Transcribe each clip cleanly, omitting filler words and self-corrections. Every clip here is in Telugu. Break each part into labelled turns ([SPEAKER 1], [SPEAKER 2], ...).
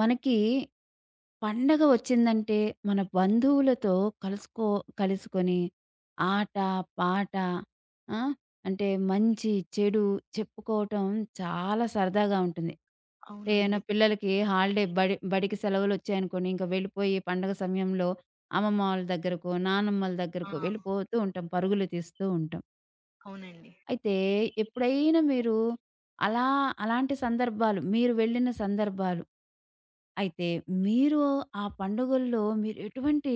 [SPEAKER 1] మనకి పండగ వచ్చిందంటే మన బంధువులతో కలుసుకో కలుసుకొని ఆట, పాట ఆ! అంటే మంచి, చెడు చెప్పుకోవటం చాలా సరదాగా ఉంటుంది. అంటే ఏమైనా
[SPEAKER 2] అవునండి.
[SPEAKER 1] పిల్లలకి హాలిడే బడికి సెలవులొచ్చాయనుకోండి, ఇంక వెళ్ళిపోయి పండగ సమయంలో అమ్మమ్మ వాళ్ళ దగ్గరకో, నానమ్మల దగ్గరకో
[SPEAKER 2] ఆ!
[SPEAKER 1] వెళ్ళిపోతూ ఉంటాం. పరుగులు తీస్తూ ఉంటాం.
[SPEAKER 2] అవునండి.
[SPEAKER 1] అయితే ఎప్పుడైనా మీరు అలా అలాంటి సందర్భాలు మీరు వెళ్ళిన సందర్భాలు అయితే మీరు ఆ పండుగల్లో మీరు ఎటువంటి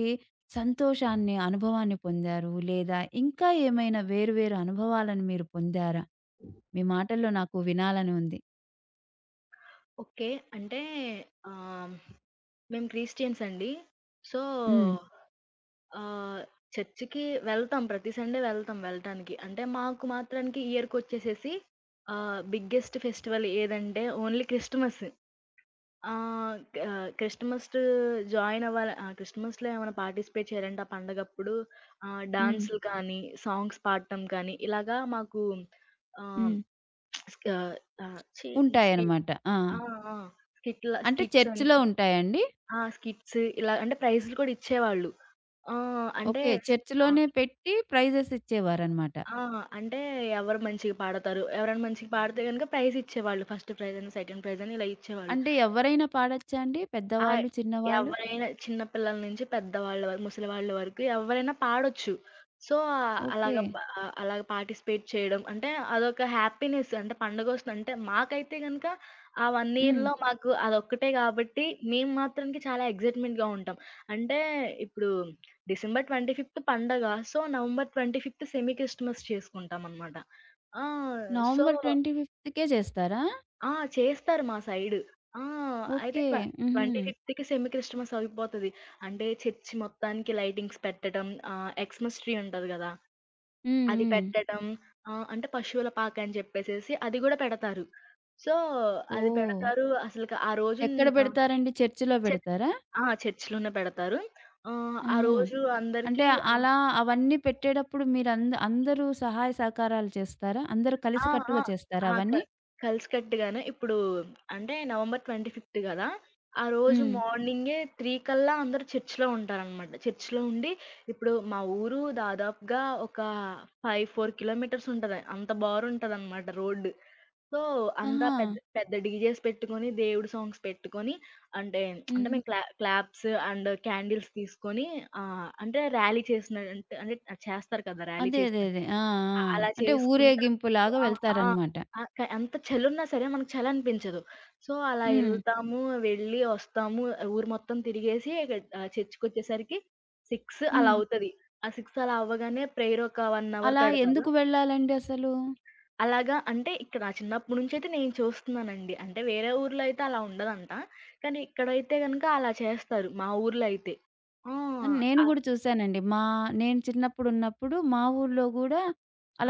[SPEAKER 1] సంతోషాన్ని, అనుభవాన్ని పొందారు? లేదా ఇంకా ఏమైనా వేరు వేరు అనుభవాలను మీరు పొందారా? మీ మాటల్లో నాకు వినాలని ఉంది.
[SPEAKER 2] ఓకే. అంటే ఆహ్, మేము క్రిస్టియన్స్ అండి. సో,
[SPEAKER 1] హ్మ్.
[SPEAKER 2] ఆహ్, చర్చికి వెళ్తాం. ప్రతి సండే వెళ్తాం. అంటే మాకు మాత్రానికి ఇయర్‌కొచ్చేసేసి బిగ్గెస్ట్ ఫెస్టివల్ ఏదంటే ఓన్లీ క్రిస్టమస్. ఆహ్, ఆహ్, క్రిస్టమస్ జాయిన్ అవ్వాలి. క్రిస్టమస్‌లో ఏమైనా పార్టిసిపేట్ చేయాలంటే ఆ పండగప్పుడు
[SPEAKER 1] హ్మ్.
[SPEAKER 2] డాన్సులు కానీ, సాంగ్స్ పాడటం కానీ ఇలాగా మాకు ఆహ్,
[SPEAKER 1] హ్మ్.
[SPEAKER 2] ఆహ్, ఆహ్, ఛీ! స్పీ
[SPEAKER 1] ఉంటాయన్నమాట. ఆ!
[SPEAKER 2] ఆ! ఆ! స్కిట్‌ల
[SPEAKER 1] అంటే
[SPEAKER 2] స్కిట్స్ అని.
[SPEAKER 1] చర్చ్‌లో ఉంటాయండి?
[SPEAKER 2] స్కిట్స్ ఇలా అంటే ప్రైజ్‌లు కూడా ఇచ్చేవాళ్ళు. ఆ! అంటే
[SPEAKER 1] ఓకే.
[SPEAKER 2] స్ ఆ!
[SPEAKER 1] చర్చ్‌లోనే పెట్టి ప్రైజెస్ ఇచ్చేవారన్నమాట.
[SPEAKER 2] ఆ! అంటే ఎవరు మంచిగా పాడతారు, ఎవరైనా మంచిగా పాడితే గనుక ప్రైజ్ ఇచ్చేవాళ్ళు. ఫస్ట్ ప్రైజ్ అని, సెకండ్ ప్రైజ్ అని ఇలా ఇచ్చేవాళ్ళు.
[SPEAKER 1] అంటే ఎవరైనా పాడొచ్చా అండి?
[SPEAKER 2] ఆ!
[SPEAKER 1] పెద్దవాళ్ళు, చిన్నవాళ్ళు?
[SPEAKER 2] ఎవ్వరైనా చిన్న పిల్లల నుంచి పెద్దవాళ్ళ వరకు, ముసలివాళ్ళ వరకు ఎవ్వరైనా పాడొచ్చు. సో, ఆహ్, అలాగ
[SPEAKER 1] ఓకే.
[SPEAKER 2] బ ఆహ్, అలాగ పార్టిసిపేట్ చేయడం అంటే అదొక హ్యాపీనెస్. అంటే పండగొస్తుందంటే మాకైతే గనుక ఆ 1
[SPEAKER 1] హ్మ్.
[SPEAKER 2] ఇయర్‌లో మాకు అదొక్కటే కాబట్టి మేము మాత్రానికి చాలా ఎక్సైట్‌మెంట్‌గా ఉంటాం. అంటే ఇప్పుడు డిసెంబర్ 25 పండగ. సో, నవంబర్ 25 సెమీ క్రిస్టమస్ చేసుకుంటామనమాట. ఆ! సో
[SPEAKER 1] నవంబర్ 25కే చేస్తారా?
[SPEAKER 2] ఆ! చేస్తారు మా సైడు. ఆ! అయితే
[SPEAKER 1] ఓకే.
[SPEAKER 2] ట్వ
[SPEAKER 1] హుహు.
[SPEAKER 2] 25కి సెమీ క్రిస్టమస్ అయిపోతది. అంటే చర్చి మొత్తానికి లైటింగ్స్ పెట్టడం, ఎక్స్‌మస్ ట్రీ ఉంటది గదా!
[SPEAKER 1] హ్మ్.
[SPEAKER 2] అది
[SPEAKER 1] హ్మ్.
[SPEAKER 2] పెట్టడం. అంటే పశువుల పాక అని చెప్పేసేసి అది గూడా పెడతారు. సో, అది
[SPEAKER 1] ఓహ్!
[SPEAKER 2] పెడతారు. అసలుకి ఆ రోజు
[SPEAKER 1] ఎక్కడ
[SPEAKER 2] ఆహ్,
[SPEAKER 1] పెడతారండి? చర్చిలో
[SPEAKER 2] చర్చ్
[SPEAKER 1] పెడతారా?
[SPEAKER 2] ఆ! చర్చిలోనే పెడతారు. ఆ
[SPEAKER 1] ఆహా!
[SPEAKER 2] రోజు
[SPEAKER 1] అంటే
[SPEAKER 2] అందరికీ అన్
[SPEAKER 1] అలా అవన్నీ పెట్టేటప్పుడు అందరూ సహాయ సహకారాలు చేస్తారా? అందరూ
[SPEAKER 2] ఆ! ఆ!
[SPEAKER 1] కలిసికట్టుగా చేస్తారా
[SPEAKER 2] ఆ! క
[SPEAKER 1] అవన్నీ?
[SPEAKER 2] కలిసికట్టుగానే ఇప్పుడు అంటే నవంబర్ 25 కదా! ఆ రోజు
[SPEAKER 1] హ్మ్.
[SPEAKER 2] మార్నింగే 3 కల్లా అందరూ చర్చ్‌లో ఉంటారనమాట. చర్చ్‌లో ఉండి ఇప్పుడు మా ఊరు దాదాపుగా ఒక 5, 4 కిలోమీటర్స్ ఉంటది. అంత బారుంటదనమాట రోడ్డు. సో, అంతా
[SPEAKER 1] ఆహా!
[SPEAKER 2] పెద్ద పెద్ద డీజేస్ పెట్టుకొని, దేవుడి సాంగ్స్ పెట్టుకొని అంటే,
[SPEAKER 1] హ్మ్.
[SPEAKER 2] మేము క్లాప్స్ అండ్ క్యాండిల్స్ తీసుకొని అంటే ర్యాలీ చేసినట్టు అంటే చేస్తారు కదా! ర్యాలీ
[SPEAKER 1] అదే. అదే.
[SPEAKER 2] చేసినట్టు.
[SPEAKER 1] అదే. ఆ! ఆ!
[SPEAKER 2] అ అలా
[SPEAKER 1] అంటే
[SPEAKER 2] చేసుకుంటా
[SPEAKER 1] ఊరేగింపులాగా
[SPEAKER 2] ఆ! ఆ!
[SPEAKER 1] వెళ్తారనమాట.
[SPEAKER 2] ఆహ్, క ఎంత చలున్నా సరే మనకు చలి అనిపించదు. సో, అలా
[SPEAKER 1] హ్మ్.
[SPEAKER 2] ఎళ్తాము, వెళ్ళి వస్తాము. ఊరు మొత్తం తిరిగేసి చర్చికొచ్చేసరికి 6 అలా
[SPEAKER 1] హ్మ్.
[SPEAKER 2] అవుతది. ఆ 6 అలా అవ్వగానే ప్రేయర్ ఒక 1 అవర్
[SPEAKER 1] అలా
[SPEAKER 2] పెడతారు.
[SPEAKER 1] ఎందుకు వెళ్ళాలండి అసలు?
[SPEAKER 2] అలాగా అంటే ఇక్కడ నా చిన్నప్పటి నుంచైతే నేను చూస్తున్నానండి. అంటే వేరే ఊర్లో అయితే అలా ఉండదంట. కానీ ఇక్కడైతే గనుక అలా చేస్తారు మా ఊర్లో అయితే. ఆ!
[SPEAKER 1] నేను
[SPEAKER 2] అ
[SPEAKER 1] గూడా చూసానండి. మా నేను చిన్నప్పుడున్నప్పుడు మా ఊర్లో గూడా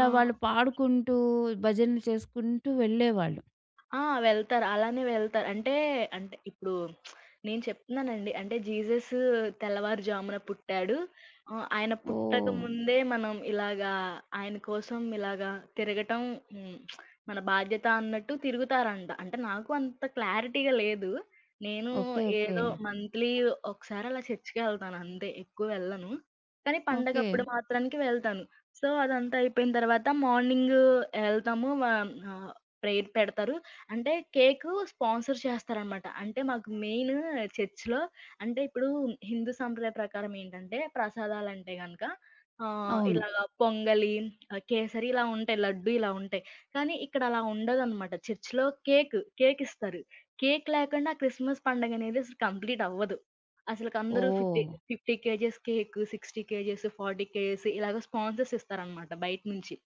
[SPEAKER 2] ఆ!
[SPEAKER 1] వాళ్ళు పాడుకుంటూ, భజనలు చేసుకుంటూ వెళ్ళేవాళ్ళు.
[SPEAKER 2] ఆ! వెళ్తారు. అలానే వెళ్తారు. అంటే, అంటే ఇప్పుడు నేను చెప్తున్నానండి. అంటే జీసస్ తెల్లవారుజామున పుట్టాడు. ఆయన పుట్టక
[SPEAKER 1] ఓహ్!
[SPEAKER 2] ముందే మనం ఇలాగా ఆయన కోసం ఇలాగా తిరగటం హ్మ్. మన బాధ్యత అన్నట్టు తిరుగుతారంట. అంటే నాకు అంత క్లారిటీగా లేదు. నేను
[SPEAKER 1] ఓకే. ఓకే.
[SPEAKER 2] ఏదో మంత్లీ ఒకసారి అలా చర్చ్‌కి వెళ్తాను అంతే. ఎక్కువ వెళ్ళను. కానీ
[SPEAKER 1] ఓకే.
[SPEAKER 2] పండగప్పుడు మాత్రానికి వెళ్తాను. సో, అదంతా అయిపోయిన తర్వాత మార్నింగ్ వెళ్తాము. ఆహ్, ప్రేయర్ పెడతారు. అంటే కేకు స్పాన్సర్ చేస్తారనమాట. అంటే మాకు మెయిన్ చర్చ్‌లో అంటే ఇప్పుడు హిందూ సంప్రదాయం ప్రకారం ఏంటంటే ప్రసాదాలంటే గనక
[SPEAKER 1] అవును.
[SPEAKER 2] ఇలాగ పొంగలి, కేసరి ఇలా ఉంటాయి. లడ్డు ఇలా ఉంటాయి. కానీ ఇక్కడ అలా ఉండదనమాట. చర్చ్‌లో కేక్ ఇస్తారు. కేక్ లేకుండా క్రిస్మస్ పండగ అనేది అసలు కంప్లీట్ అవ్వదు. అసలకి అందరూ 50,
[SPEAKER 1] ఓహ్!
[SPEAKER 2] 50 కేజీస్ కేక్, 60 కేజీస్, 40 కేజీస్ ఇలాగ స్పాన్సర్స్ ఇస్తారనమాట బయట నుంచి.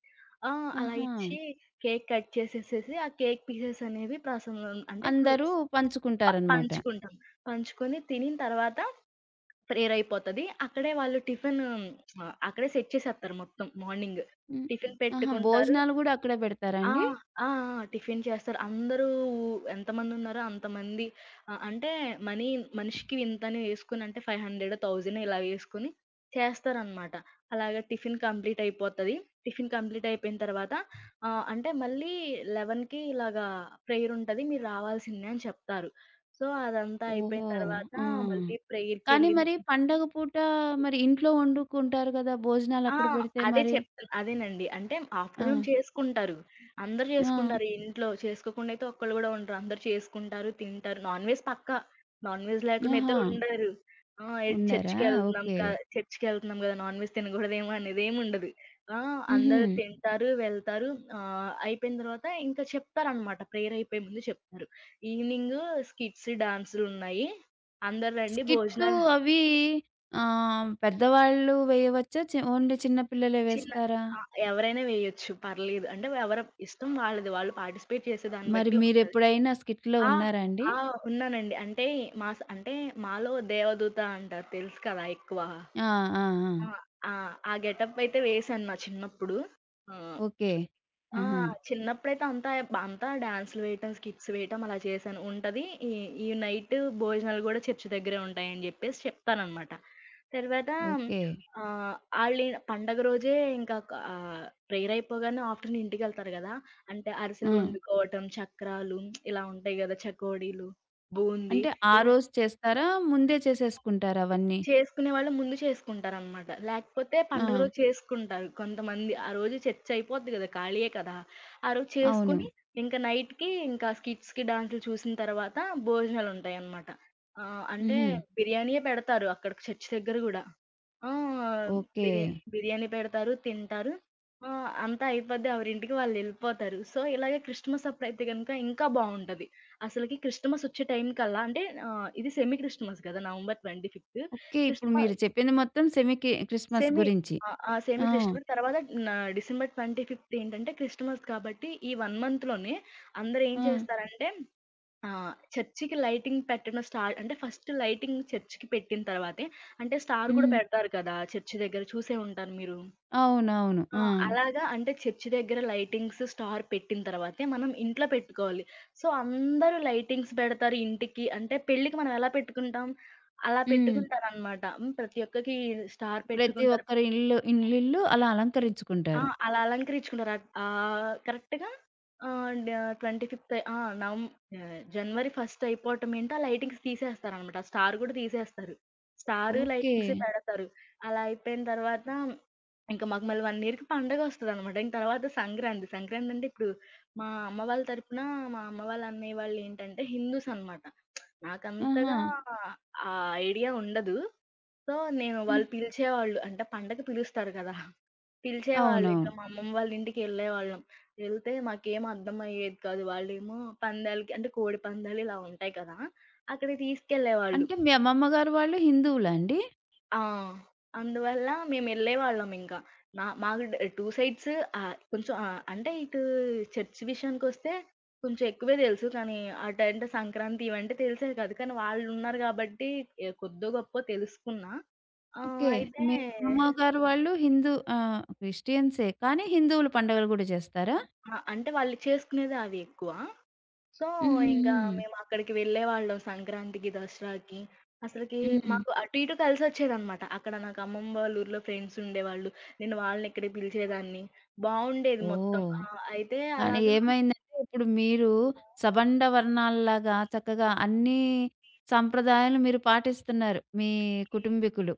[SPEAKER 2] ఆ! అలా
[SPEAKER 1] ఆహా!
[SPEAKER 2] ఇచ్చి కేక్ కట్ చేసేసేసి, ఆ కేక్ పీసెస్ అనేవి ప్రసంగం అంటే ఇప్పుడు
[SPEAKER 1] అందరూ పంచుకుంటారనమాట.
[SPEAKER 2] పంచుకుంటాం. పంచుకొని తినిన తర్వాత ప్రేయర్ అయిపోతది. అక్కడే వాళ్ళు టిఫిన్, అక్కడే సెట్ చేసేత్తారు మొత్తం మార్నింగ్.
[SPEAKER 1] హ్మ్.
[SPEAKER 2] టిఫిన్
[SPEAKER 1] ఆహా!
[SPEAKER 2] పెట్టుకుంటారు.
[SPEAKER 1] భోజనాలు గూడా అక్కడే పెడతారా
[SPEAKER 2] ఆ!
[SPEAKER 1] అండి?
[SPEAKER 2] ఆ! ఆ! టిఫిన్ చేస్తారు. అందరూ ఎంతమందున్నారో అంతమంది ఆహ్, అంటే మనీ మనిషికి ఇంతని వేసుకొని అంటే 500, 1000 ఇలా వేసుకొని చేస్తారనమాట. అలాగా టిఫిన్ కంప్లీట్ అయిపోతది. టిఫిన్ కంప్లీట్ అయిపోయిన తర్వాత అంటే మళ్ళీ 11కి ఇలాగా ప్రేయరుంటది. మీరు రావాల్సిందే అని చెప్తారు. సో, అదంతా అయిపోయిన
[SPEAKER 1] ఓహో!
[SPEAKER 2] తర్వాత
[SPEAKER 1] ఆ!
[SPEAKER 2] మళ్ళీ
[SPEAKER 1] కానీ
[SPEAKER 2] ప్రేయర్‌కెళ్ళిన
[SPEAKER 1] మరి పండగ పూట మరి ఇంట్లో వండుకుంటారు గదా!
[SPEAKER 2] ఆ!
[SPEAKER 1] భోజనాలక్కడ పెడితే
[SPEAKER 2] అదే
[SPEAKER 1] మరి?
[SPEAKER 2] చెప్తు అదేనండి. అంటే
[SPEAKER 1] ఆ!
[SPEAKER 2] ఆఫ్టర్‌నూన్ చేసుకుంటారు. అందరూ
[SPEAKER 1] ఆ!
[SPEAKER 2] చేసుకుంటారు. ఇంట్లో చేసుకోకుండా అయితే ఒక్కళ్ళు గూడా ఉండరు. అందరూ చేసుకుంటారు, తింటారు. నాన్ వెజ్ పక్కా. నాన్ వెజ్ లేకుండా అయితే
[SPEAKER 1] ఆహా!
[SPEAKER 2] ఉండరు. ఆ! ఎడ్
[SPEAKER 1] ఉండారా?
[SPEAKER 2] చర్చికెళ్తున్నాం
[SPEAKER 1] ఓకే.
[SPEAKER 2] క చర్చికెళ్తున్నాం గదా! నాన్ వెజ్ తినగూడదేమో అనేదేముండదు. ఆ!
[SPEAKER 1] హుహు.
[SPEAKER 2] అందరూ తింటారు, వెళ్తారు. అయిపోయిన తర్వాత ఇంకా చెప్తారనమాట. ప్రేయర్ అయిపోయే ముందు చెప్తారు. ఈవెనింగు స్కిట్స్, డాన్సులున్నాయి. అందరూ రండి
[SPEAKER 1] స్కిట్లు
[SPEAKER 2] భోజనాలు.
[SPEAKER 1] అవి ఆహ్, పెద్దవాళ్ళు వేయవచ్చా? ఓన్లీ చిన్న పిల్లలే
[SPEAKER 2] చిల్ల
[SPEAKER 1] వేస్తారా?
[SPEAKER 2] ఆ! ఎవరైనా వేయొచ్చు పర్లేదు. అంటే ఎవరి ఇష్టం వాళ్ళది. వాళ్ళు పార్టిసిపేట్ చేసే దాన్ని
[SPEAKER 1] మరి
[SPEAKER 2] బట్టి ఉంటది.
[SPEAKER 1] మీరెప్పుడైనా స్కిట్‌లో
[SPEAKER 2] ఆ!
[SPEAKER 1] ఉన్నారా అండి?
[SPEAKER 2] ఆ! ఉన్నానండి. అంటే మా స్ అంటే మాలో దేవదూత అంటారు తెలుసు కదా! ఎక్కువ.
[SPEAKER 1] ఆ! ఆ! ఆ!
[SPEAKER 2] ఆ! ఆ! ఆ గెటప్ అయితే వేశాను నా చిన్నప్పుడు. ఆ!
[SPEAKER 1] ఓకే.
[SPEAKER 2] ఆ!
[SPEAKER 1] ఆహా!
[SPEAKER 2] చిన్నప్పుడైతే అంతా డాన్స్‌లు వేయటం, స్కిట్స్ వేయటం అలా చేశాను. ఉంటది. ఈ ఈ నైట్ భోజనాలు గూడా చర్చ్ దగ్గరే ఉంటాయని జెప్పేసి చెప్తాననమాట. తర్వాత
[SPEAKER 1] ఓకే.
[SPEAKER 2] ఆహ్, ఆళ్ళే పండగ రోజే ప్రేయర్ అయిపోగానే ఆఫ్టర్‌నూన్ ఇంటికెళ్తారు గదా! అంటే
[SPEAKER 1] ఆ!
[SPEAKER 2] అరిసెలు వండుకోవటం, చక్రాలు ఇలా ఉంటాయి గదా! చకోడీలు, బూందీ
[SPEAKER 1] అంటే ఆ
[SPEAKER 2] ఇలా
[SPEAKER 1] రోజు చేస్తారా? ముందే చేసేసుకుంటారా అవన్నీ?
[SPEAKER 2] చేసుకునేవాళ్ళు ముందు చేసుకుంటారనమాట. లేకపోతే
[SPEAKER 1] ఆ!
[SPEAKER 2] పండుగ రోజు చేసుకుంటారు కొంతమంది. ఆ రోజు చర్చ్ అయిపోద్ది గదా! ఖాళీయే కదా! ఆ రోజు
[SPEAKER 1] అవును.
[SPEAKER 2] చేసుకొని ఇంక నైట్‌కి ఇంకా స్కిట్స్‌కి, డాన్సులు చూసిన తర్వాత భోజనాలుంటాయనమాట. ఆహ్, అంటే
[SPEAKER 1] హుహు.
[SPEAKER 2] బిర్యానీయే పెడతారు అక్కడ చర్చ్ దగ్గర గూడా. ఆ!
[SPEAKER 1] ఓకే.
[SPEAKER 2] బిర్యానీ బిర్యానీ పెడతారు, తింటారు. ఆ! అంతా అయిపోద్ది. ఎవరింటికి వాళ్ళెళ్ళిపోతారు. సో, ఇలాగే క్రిస్టమస్ అప్పుడైతే గనుక ఇంకా బావుంటది. అసలకి క్రిస్టమస్ వచ్చే టైం కల్లా అంటే ఇది సెమీ క్రిస్టమస్ కదా! నవంబర్ 25థ్.
[SPEAKER 1] ఓకే. ఇప్పుడు
[SPEAKER 2] క్రిస్టమ
[SPEAKER 1] మీరు చెప్పింది మొత్తం సెమీకి క్రిస్మస్
[SPEAKER 2] సెమీ
[SPEAKER 1] గురించి.
[SPEAKER 2] ఆ! ఆ! సెమీ
[SPEAKER 1] ఆ!
[SPEAKER 2] క్రిస్టమస్ తర్వాత న డిసెంబర్ 25థ్ ఏంటంటే క్రిస్టమస్ కాబట్టి, ఈ 1 మంత్‌లోనే అందరూ ఏం
[SPEAKER 1] ఆ!
[SPEAKER 2] చేస్తారంటే ఆ! చర్చికి లైటింగ్ పెట్టడం స్టార్ట్. అంటే ఫస్ట్ లైటింగ్ చర్చికి పెట్టిన తర్వాతే అంటే స్టార్ గూడా
[SPEAKER 1] హ్మ్.
[SPEAKER 2] పెడతారు కదా! చర్చి దగ్గర చూసే ఉంటారు మీరు.
[SPEAKER 1] అవునవును.
[SPEAKER 2] ఆ!
[SPEAKER 1] ఆ!
[SPEAKER 2] అలాగా అంటే చర్చి దగ్గర లైటింగ్స్, స్టార్ పెట్టిన తర్వాతే మనం ఇంట్లో పెట్టుకోవాలి. సో, అందరూ లైటింగ్స్ పెడతారు ఇంటికి. అంటే పెళ్ళికి మనం ఎలా పెట్టుకుంటాం? అలా
[SPEAKER 1] హ్మ్.
[SPEAKER 2] పెట్టుకుంటారనమాట. ప్రతి ఒక్కకి స్టార్
[SPEAKER 1] ప్రతి
[SPEAKER 2] పెట్టుకుంటారు.
[SPEAKER 1] ఒక్కరి ఇల్లు ఇల్లిల్లు అలా అలంకరించుకుంటారు.
[SPEAKER 2] అలా అలంకరించుకున్నారు. కరెక్ట్‌గా ఆహ్, డ 25థ్. నవం జనవరి 1 అయిపోవటం ఏంటో ఆ లైటింగ్స్ తీసేస్తారనమాట. ఆ స్టార్ గూడా తీసేస్తారు. Star,
[SPEAKER 1] okay.
[SPEAKER 2] లైటింగ్స్ పెడతారు. అలా అయిపోయిన తర్వాత ఇంక మాకు మళ్ళీ 1 ఇయర్‌కి పండగొస్తదనమాట. ఇంక తర్వాత సంక్రాంతి. సంక్రాంతి అంటే ఇప్పుడు మా అమ్మ వాళ్ళ తరపున మా అమ్మ వాళ్ళ అన్నయ్య వాళ్ళు ఏంటంటే హిందూస్ అనమాట.
[SPEAKER 1] ఆహా!
[SPEAKER 2] నాకంతగా ఆ ఐడియా ఉండదు. సో, నేను వాళ్ళు
[SPEAKER 1] హ్మ్.
[SPEAKER 2] పిలిచేవాళ్ళు. అంటే పండగకి పిలుస్తారు కదా! పిలిచేవాళ్ళు ఇట్లా
[SPEAKER 1] అవునవును.
[SPEAKER 2] మా అమ్మమ్మ వాళ్ళ ఇంటికెళ్ళేవాళ్ళం. వెళ్తే మాకేం అర్థమయ్యేది కాదు. వాళ్ళేమో పందాలకి అంటే కోడి పందాలు ఇలా ఉంటాయి కదా! అక్కడికి తీసుకెళ్ళేవాళ్ళు.
[SPEAKER 1] అంటే మీ అమ్మమ్మ గారు వాళ్ళు హిందువులా అండి?
[SPEAKER 2] ఆ! అందువల్ల మేమెళ్ళేవాళ్ళం ఇంకా. మాకు టూ సైడ్స్, కొంచెం, అంటే ఇటు చర్చ్ విషయానికొస్తే కొంచెం ఎక్కువే తెలుసు. కానీ అటంటే సంక్రాంతి ఇవంటే తెలిసేవి కాదు. కానీ వాళ్ళున్నారు గాబట్టి కొద్దో గొప్పో తెలుసుకున్నా.
[SPEAKER 1] ఓకే.
[SPEAKER 2] అయితే
[SPEAKER 1] మీ మీ అమ్మమ్మ గారు వాళ్ళు హిందూ ఆహ్, క్రిస్టియన్సే కానీ హిందువులు పండుగలు గూడా చేస్తారా?
[SPEAKER 2] అంటే వాళ్ళు చేసుకునేది అవి ఎక్కువ. సో, ఇంకా
[SPEAKER 1] హుహుహు.
[SPEAKER 2] మేము అక్కడికి వెళ్ళేవాళ్ళం సంక్రాంతికి, దసరాకి. అసలకి
[SPEAKER 1] హ్మ్.
[SPEAKER 2] మాకు అటు ఇటు కలిసొచ్చేదనమాట. అక్కడ నాకు అమ్మమ్మ వాళ్ళ ఊర్లో ఫ్రెండ్స్ ఉండేవాళ్ళు. నేను వాళ్ళనిక్కడికి పిలిచేదాన్ని. బావుండేది మొత్తం.
[SPEAKER 1] ఓహ్!
[SPEAKER 2] అయితే
[SPEAKER 1] కానీ
[SPEAKER 2] అలాగా.
[SPEAKER 1] ఏమైందంటే ఇప్పుడు మీరు సబండ వర్ణాల్లాగా చక్కగా అన్నీ సంప్రదాయాలు మీరు పాటిస్తున్నారు. మీ కుటుంబీకులు.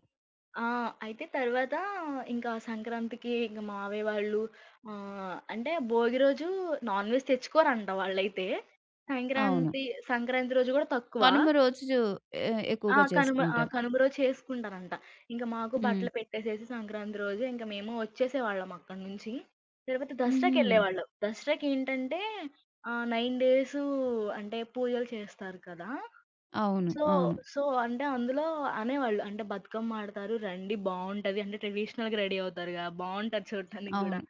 [SPEAKER 2] ఆ! అయితే తర్వాత ఇంకా సంక్రాంతికి ఇంక మావయ్య వాళ్ళు అంటే భోగి రోజు నాన్ వెజ్ తెచ్చుకోరంట వాళ్ళైతే.
[SPEAKER 1] అవును.
[SPEAKER 2] సంక్రాంతి సంక్రాంతి రోజు గూడా తక్కువ.
[SPEAKER 1] కనుమ రోజు
[SPEAKER 2] ఆ!
[SPEAKER 1] ఎక్కువగా
[SPEAKER 2] కనుమ ఆ!
[SPEAKER 1] చేసుకుంటాం.
[SPEAKER 2] కనుమ రోజు చేసుకుంటారంట. ఇంక మాకు
[SPEAKER 1] హ్మ్.
[SPEAKER 2] బట్టలు పెట్టేసేసి సంక్రాంతి రోజు ఇంక మేము వచ్చేసేవాళ్ళం అక్కడి నుంచి. తర్వాత
[SPEAKER 1] హుహు.
[SPEAKER 2] దసరాకెళ్ళేవాళ్ళం. దసరాకేంటంటే 9 డేసు అంటే పూజలు చేస్తారు కదా!
[SPEAKER 1] అవును.
[SPEAKER 2] సో,
[SPEAKER 1] అవును.
[SPEAKER 2] సో, అంటే అందులో అనేవాళ్ళు. అంటే బతుకమ్మ ఆడతారు రండి బావుంటది. అంటే ట్రెడిషనల్‌గా రెడీ అవుతారుగా, బావుంటది చూడటానికి గూడా.
[SPEAKER 1] అవును.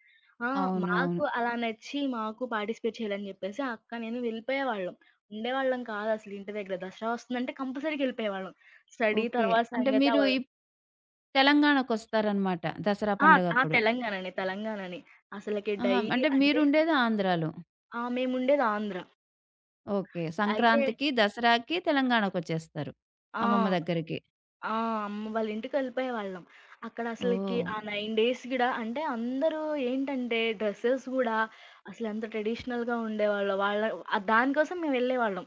[SPEAKER 2] ఆ!
[SPEAKER 1] అవును.
[SPEAKER 2] మాకు
[SPEAKER 1] అవును.
[SPEAKER 2] అలా నచ్చి మాకు పార్టిసిపేట్ చేయాలని జెప్పేసి ఆ అక్క, నేను వెళ్ళిపోయేవాళ్ళం. ఉండేవాళ్ళం కాదసలు ఇంటి దగ్గర. దసరా వస్తుందంటే కంపల్సరీగా ఎళ్ళిపోయేవాళ్ళం. Study
[SPEAKER 1] okay.
[SPEAKER 2] తర్వాత
[SPEAKER 1] అంటే
[SPEAKER 2] సంగతి
[SPEAKER 1] మీరు
[SPEAKER 2] అవన్
[SPEAKER 1] ఈ తెలంగాణకొస్తారనమాట దసరా
[SPEAKER 2] ఆ! ఆ!
[SPEAKER 1] పండగప్పుడు.
[SPEAKER 2] తెలంగాణనే. అసలకి
[SPEAKER 1] ఆహా!
[SPEAKER 2] డైలీ
[SPEAKER 1] అంటే
[SPEAKER 2] అంటే
[SPEAKER 1] మీరుండేది ఆంధ్రాలో.
[SPEAKER 2] మేముండేది ఆంధ్ర.
[SPEAKER 1] ఓకే.
[SPEAKER 2] అయితే
[SPEAKER 1] సంక్రాంతికి, దసరాకి తెలంగాణకొచ్చేస్తారు అమ్మమ్మ
[SPEAKER 2] ఆ!
[SPEAKER 1] దగ్గరికి.
[SPEAKER 2] ఆ! అమ్మ వాళ్ళ ఇంటికెళ్ళిపోయేవాళ్ళం. అక్కడ అసలకి
[SPEAKER 1] ఓహ్!
[SPEAKER 2] ఆ 9 డేస్ గూడా అంటే అందరూ ఏంటంటే డ్రెసెస్ గూడా అసలెంత ట్రెడిషనల్‌గా ఉండేవాళ్ళో వాళ్ళ, దానికోసం మేమెళ్ళేవాళ్ళం.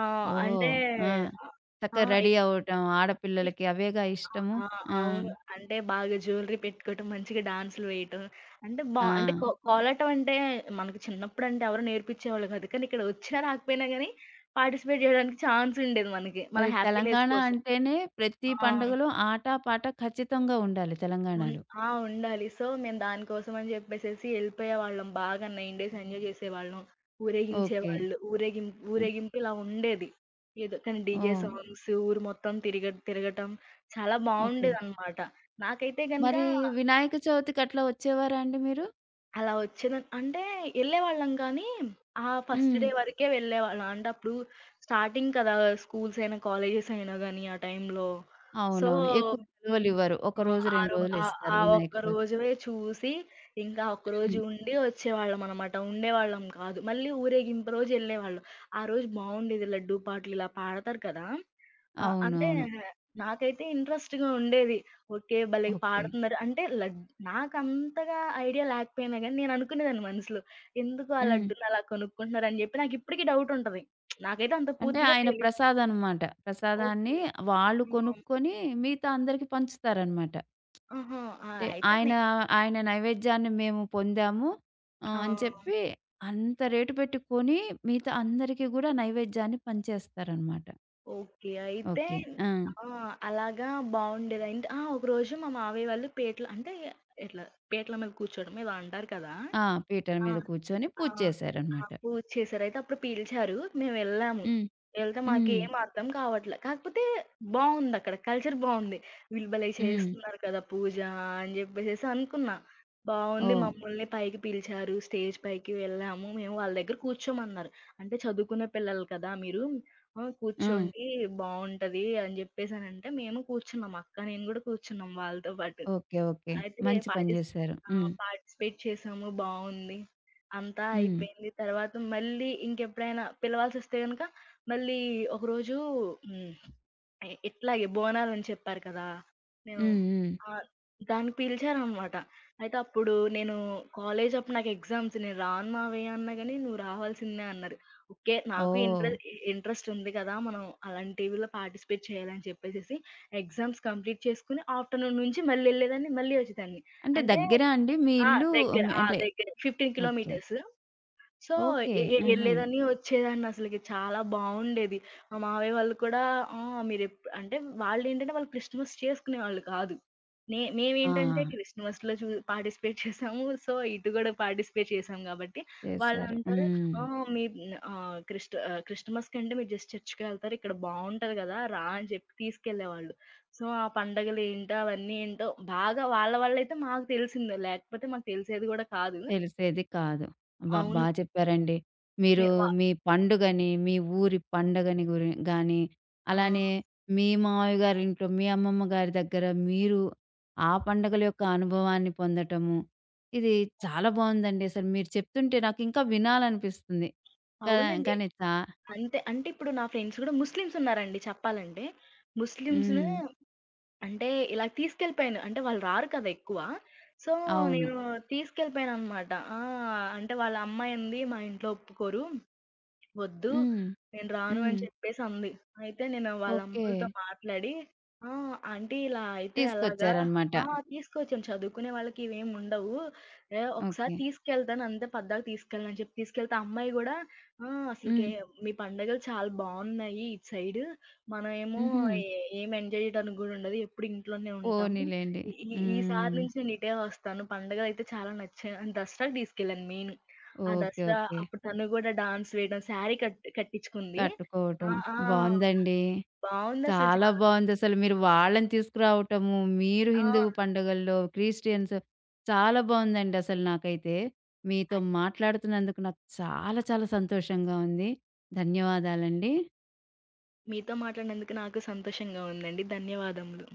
[SPEAKER 2] ఆ!
[SPEAKER 1] ఓహో!
[SPEAKER 2] అంటే
[SPEAKER 1] ఆ!
[SPEAKER 2] ఆహ్, ఆ!
[SPEAKER 1] చక్కగా రెడీ
[SPEAKER 2] ఎక్కి
[SPEAKER 1] అవ్వటం ఆడపిల్లలకి అవేగా ఇష్టము.
[SPEAKER 2] ఆ!
[SPEAKER 1] ఆ!
[SPEAKER 2] అవును. అంటే బాగా జ్యువెలరీ పెట్టుకోవటం, మంచిగా డాన్సులు వేయటం. అంటే బా
[SPEAKER 1] ఆ!
[SPEAKER 2] అంటే కో కోలాటం అంటే మనకు చిన్నప్పుడంటే ఎవరు నేర్పించేవాళ్ళు కాదు. కానీ ఇక్కడ వచ్చినా రాకపోయినా గానీ పార్టిసిపేట్ జేయడానికి ఛాన్స్ ఉండేది మనకి. మన
[SPEAKER 1] మరి
[SPEAKER 2] హ్యాపీనెస్
[SPEAKER 1] తెలంగాణ
[SPEAKER 2] కోసం.
[SPEAKER 1] అంటేనే ప్రతి
[SPEAKER 2] ఆ!
[SPEAKER 1] పండుగలో ఆటా పాట ఖచ్చితంగా ఉండాలి
[SPEAKER 2] ఉన్
[SPEAKER 1] తెలంగాణలో.
[SPEAKER 2] ఆ! ఉండాలి. సో, మేము దానికోసం అని చెప్పేసేసి ఎళ్ళిపోయేవాళ్ళం. బాగా 9 డేస్ ఎంజాయ్ చేసేవాళ్ళం.
[SPEAKER 1] ఓకే.
[SPEAKER 2] ఊరేగించేవాళ్ళు.
[SPEAKER 1] ఆ!
[SPEAKER 2] ఊరేగింపు ఇలా ఉండేది. ఏదో కానీ డీజే
[SPEAKER 1] ఓహ్!
[SPEAKER 2] సాంగ్స్ ఊరు మొత్తం తిరగటం చాలా
[SPEAKER 1] ఓకే.
[SPEAKER 2] బావుండేదనమాట. నాకైతే గనక
[SPEAKER 1] మరి వినాయక చవితికి అట్లా వచ్చేవారా అండి మీరు?
[SPEAKER 2] అలా వచ్చేదని అంటే ఎళ్ళేవాళ్ళం కానీ, ఆ ఫస్ట్
[SPEAKER 1] హ్మ్.
[SPEAKER 2] డే వరకే వెళ్ళేవాళ్ళం. అంటే అప్పుడు స్టార్టింగ్ కదా! స్కూల్స్ అయినా, కాలేజెస్ అయినా గానీ ఆ టైంలో. సో
[SPEAKER 1] అవునవును. ఎక్కువ సెలవులివ్వరు.
[SPEAKER 2] ఆ!
[SPEAKER 1] ఒకరోజు
[SPEAKER 2] ఆ
[SPEAKER 1] 2
[SPEAKER 2] రో
[SPEAKER 1] రోజులు
[SPEAKER 2] ఆహ్,
[SPEAKER 1] ఇస్తారు
[SPEAKER 2] ఆ
[SPEAKER 1] వినాయక
[SPEAKER 2] ఒక్క
[SPEAKER 1] చవితికి.
[SPEAKER 2] రోజువే చూసి, ఇంకా ఒక్కరోజు
[SPEAKER 1] హ్మ్.
[SPEAKER 2] ఉండి వచ్చేవాళ్ళమనమాట. ఉండేవాళ్ళం కాదు. మళ్ళీ ఊరేగింపు రోజు యెళ్ళేవాళ్ళం. ఆ రోజు బావుండేది. లడ్డూ పాటలు ఇలా పాడతారు కదా! ఆహ్, అంటే
[SPEAKER 1] అవునవును.
[SPEAKER 2] నాకైతే ఇంట్రెస్ట్‌గా ఉండేది. ఓకే. భలే
[SPEAKER 1] ఓకే.
[SPEAKER 2] పాడుతున్నారు. అంటే లడ్ నాకంతగా ఐడియా లేకపోయినా గానీ, నేను అనుకునేదాన్ని మనసులో. ఎందుకు ఆ
[SPEAKER 1] హ్మ్.
[SPEAKER 2] లడ్డుని అలా కొనుక్కుంటున్నారని జెప్పి నాకిప్పటికి డౌటుంటది. నాకైతే అంత
[SPEAKER 1] అంటే
[SPEAKER 2] పూర్తిగా
[SPEAKER 1] ఆయన
[SPEAKER 2] తెలీదు.
[SPEAKER 1] ప్రసాదనమాట.
[SPEAKER 2] ఓకే.
[SPEAKER 1] ప్రసాదాన్ని వాళ్ళు
[SPEAKER 2] ఆ!
[SPEAKER 1] కొనుక్కొని మిగతా అందరికి పంచుతారనమాట.
[SPEAKER 2] ఆహా! ఆ!
[SPEAKER 1] అంటే
[SPEAKER 2] అయితే నే
[SPEAKER 1] ఆయన, ఆయన నైవేద్యాన్ని మేము పొందాము
[SPEAKER 2] ఆ!
[SPEAKER 1] ఆహ్, అని చెప్పి అంత రేటు పెట్టి కొని మిగతా అందరికీ గూడా నైవేద్యాన్ని పంచేస్తారనమాట.
[SPEAKER 2] ఓకే. అయితే
[SPEAKER 1] ఓకే. ఆ!
[SPEAKER 2] ఆ! అలాగా బావుండేది. అంట్ ఆ! ఒకరోజు మా మావయ్య వాళ్ళు పీటల అంటే ఇట్లా పీటల మీద కూర్చోవడం ఏదో అంటారు కదా!
[SPEAKER 1] ఆ! పీటల
[SPEAKER 2] ఆ!
[SPEAKER 1] మీద కూర్చొని
[SPEAKER 2] ఆ!
[SPEAKER 1] పూజ
[SPEAKER 2] ఆ!
[SPEAKER 1] చేశారనమాట.
[SPEAKER 2] పూజ చేశారు. అయితే అప్పుడు పిలిచారు. మేమెళ్ళాము.
[SPEAKER 1] హ్మ్.
[SPEAKER 2] ఎళ్తే
[SPEAKER 1] హ్మ్.
[SPEAKER 2] మాకేం అర్థం కావట్లే. కాకపోతే బావుందక్కడ. కల్చర్ బావుంది. వీళ్ళు భలే
[SPEAKER 1] హ్మ్.
[SPEAKER 2] చేస్తున్నారు కదా! పూజ అని జెప్పేసేసి అనుకున్నా. బావుంది.
[SPEAKER 1] ఓహ్!
[SPEAKER 2] మమ్మల్ని పైకి పిలిచారు. స్టేజ్ పైకి వెళ్ళాము. మేము వాళ్ళ దగ్గర కూర్చోమన్నారు. అంటే చదువుకునే పిల్లలు కదా! మీరు
[SPEAKER 1] ఆ!
[SPEAKER 2] కూర్చోండి బావుంటది అని జెప్పేసనంటే, మేము కూర్చున్నాం. అక్క, నేను గూడా కూర్చున్నాం వాళ్ళతో పాటు.
[SPEAKER 1] ఓకే. ఓకే.
[SPEAKER 2] అయితే
[SPEAKER 1] మంచి పని
[SPEAKER 2] పార్టిస్
[SPEAKER 1] జేశారు.
[SPEAKER 2] ఆ!
[SPEAKER 1] హ్మ్.
[SPEAKER 2] పార్టిసిపేట్ చేశాము. బావుంది. అంతా
[SPEAKER 1] హ్మ్.
[SPEAKER 2] అయిపోయింది. తర్వాత మళ్ళీ ఇంకెప్పుడైనా పిలవాల్సొస్తే గనక మళ్ళీ ఒకరోజు హ్మ్. ఎ ఇట్లాగే బోనాలని చెప్పారు కదా! నేను
[SPEAKER 1] హ్మ్. హ్మ్.
[SPEAKER 2] ఆ! దానికి పిలిచారనమాట. అయితే అప్పుడు నేను కాలేజ్ అప్పుడు నాకు ఎగ్జామ్స్. "నేను రాను మావయ్య" అన్నా గాని, "నువ్వు రావాల్సిందే" అన్నారు. ఓకే. నాకు
[SPEAKER 1] ఓహ్!
[SPEAKER 2] ఇంట్రె ఇంట్రెస్ట్ ఉంది కదా! మనం అలాంటివిలో పార్టిసిపేట్ చేయాలని చెప్పేసేసి ఎగ్జామ్స్ కంప్లీట్ చేసుకొని ఆఫ్టర్‌నూన్ నుంచి మళ్ళెళ్ళేదాన్ని, మళ్ళీ వచ్చేదాన్ని.
[SPEAKER 1] అంటే
[SPEAKER 2] అంటే
[SPEAKER 1] దగ్గరా అండి మీ
[SPEAKER 2] ఆ!
[SPEAKER 1] ఇల్లు?
[SPEAKER 2] దగ్గర.
[SPEAKER 1] మీ- అంటే
[SPEAKER 2] దగ్గరే 15
[SPEAKER 1] ఓకే.
[SPEAKER 2] కిలోమీటర్స్. So,
[SPEAKER 1] okay.
[SPEAKER 2] ఎ ఎ
[SPEAKER 1] ఆహా!
[SPEAKER 2] ఎళ్ళేదాన్ని, వచ్చేదాన్నసలకి. చాలా బావుండేది. మా మావయ్య వాళ్ళు కూడా ఆ! మీరెప్ అంటే వాళ్ళేంటంటే వాళ్ళు క్రిస్టమస్ చేసుకునేవాళ్ళు కాదు.
[SPEAKER 1] ఆ!
[SPEAKER 2] మేమేంటంటే క్రిస్టమస్‌లో పార్టిసిపేట్ చేసాము. సో, ఇటు గూడా పార్టిసిపేట్ చేసాం గాబట్టి,
[SPEAKER 1] చేశారు.
[SPEAKER 2] వాళ్ళంటారు
[SPEAKER 1] హ్మ్.
[SPEAKER 2] "ఆ! మీ ఆహ్, క్రిస్ట్ ఆహ్, క్రిస్టమస్ కంటే మీరు జస్ట్ చర్చ్‌కెళ్తారు. ఇక్కడ బావుంటది గదా! రా" అని చెప్పి తీసుకెళ్ళేవాళ్ళు. సో, ఆ పండగలేంటో, అవన్నీ ఏంటో బాగా వాళ్ళ వల్లయితే మాకు తెలిసింది. లేకపోతే మాకు తెలిసేది గూడా కాదు.
[SPEAKER 1] తెలిసేది కాదు. అబ్బా!
[SPEAKER 2] అవును.
[SPEAKER 1] బాగా చెప్పారండి.
[SPEAKER 2] నే
[SPEAKER 1] మీరు
[SPEAKER 2] వా
[SPEAKER 1] మీ పండుగని, మీ ఊరి పండగని గాని,
[SPEAKER 2] ఆ!
[SPEAKER 1] అలానే మీ మామయ్య గారింట్లో, మీ అమ్మమ్మ గారి దగ్గర మీరు ఆ పండగల యొక్క అనుభవాన్ని పొందటము, ఇది చాలా బావుందండి. అసలు మీరు చెప్తుంటే నాకు ఇంకా వినాలనిపిస్తుంది. కా
[SPEAKER 2] అవునండి.
[SPEAKER 1] కానీ చా
[SPEAKER 2] అంతే. అంటే ఇప్పుడు నా ఫ్రెండ్స్ గూడా ముస్లిమ్స్ ఉన్నారండి చెప్పాలంటే. ముస్లిమ్స్‌ని
[SPEAKER 1] హ్మ్.
[SPEAKER 2] అంటే ఇలా తీసుకెళ్ళిపోయాను. అంటే వాళ్ళు రారు కదా ఎక్కువ. సో,
[SPEAKER 1] అవును.
[SPEAKER 2] నేను తీసుకెళ్ళిపోయాననమాట. ఆ! అంటే వాళ్ళ అమ్మాయి అంది, "మా ఇంట్లో ఒప్పుకోరు." వద్దు.
[SPEAKER 1] హ్మ్.
[SPEAKER 2] నేను రాను
[SPEAKER 1] హ్మ్.
[SPEAKER 2] అని చెప్పేసి అంది. అయితే నేను వాళ్ళ
[SPEAKER 1] ఓకే.
[SPEAKER 2] అమ్మోళ్ళతో మాట్లాడి, "ఆ! ఆంటీ ఇలా అయితే ఎలాగా?"
[SPEAKER 1] తీసుకొచ్చారనమాట.
[SPEAKER 2] "ఆ! తీసుకొచ్చాను. చదువుకునే వాళ్ళకి ఇవేమి ఉండవు. ఏ ఒకసారి
[SPEAKER 1] ఓకే.
[SPEAKER 2] తీసుకెళ్తాను అంతే పద్దాక తీసుకెళ్ళను" అని చెప్పి తీసుకెళ్తే ఆ అమ్మాయి గూడా, అసలకి
[SPEAKER 1] హ్మ్.
[SPEAKER 2] మీ పండగలు చాలా బావున్నాయి ఇటు సైడు. మనమేమో
[SPEAKER 1] హుహు.
[SPEAKER 2] ఏ ఏం ఎంజాయ్ చేయడానికి గూడా ఉండదు. ఎప్పుడు ఇంట్లోనే ఉంటాము.
[SPEAKER 1] పోనీలెండి.
[SPEAKER 2] ఈ ఈ ఈసారి
[SPEAKER 1] హ్మ్.
[SPEAKER 2] నుంచి నేను ఇటే వస్తాను. పండగలయితే చాలా నచ్చాయి" అని దసరాకి తీసుకెళ్ళాను మెయిన్.
[SPEAKER 1] ఓకే.
[SPEAKER 2] దసరా
[SPEAKER 1] ఓకే.
[SPEAKER 2] అప్పుడు తను గూడా డాన్స్ వేయడం శారీ కట్టించుకుంది.
[SPEAKER 1] కట్టుకోవటం.
[SPEAKER 2] ఆ! ఆ!
[SPEAKER 1] బావుందండి.
[SPEAKER 2] బావుందసలు
[SPEAKER 1] చాలా
[SPEAKER 2] చాలా.
[SPEAKER 1] బావుందసలు. మీరు వాళ్ళని తీసుకురావటము, మీరు
[SPEAKER 2] ఆ!
[SPEAKER 1] హిందువు పండుగల్లో, క్రిస్టియన్స్ చాలా బావుందండి అసలు నాకైతే. మీతో మాట్లాడుతున్నందుకు నాకు చాలా చాలా సంతోషంగా ఉంది. ధన్యవాదాలండి.
[SPEAKER 2] మీతో మాట్లాడినందుకు నాకు సంతోషంగా ఉందండి. ధన్యవాదములు.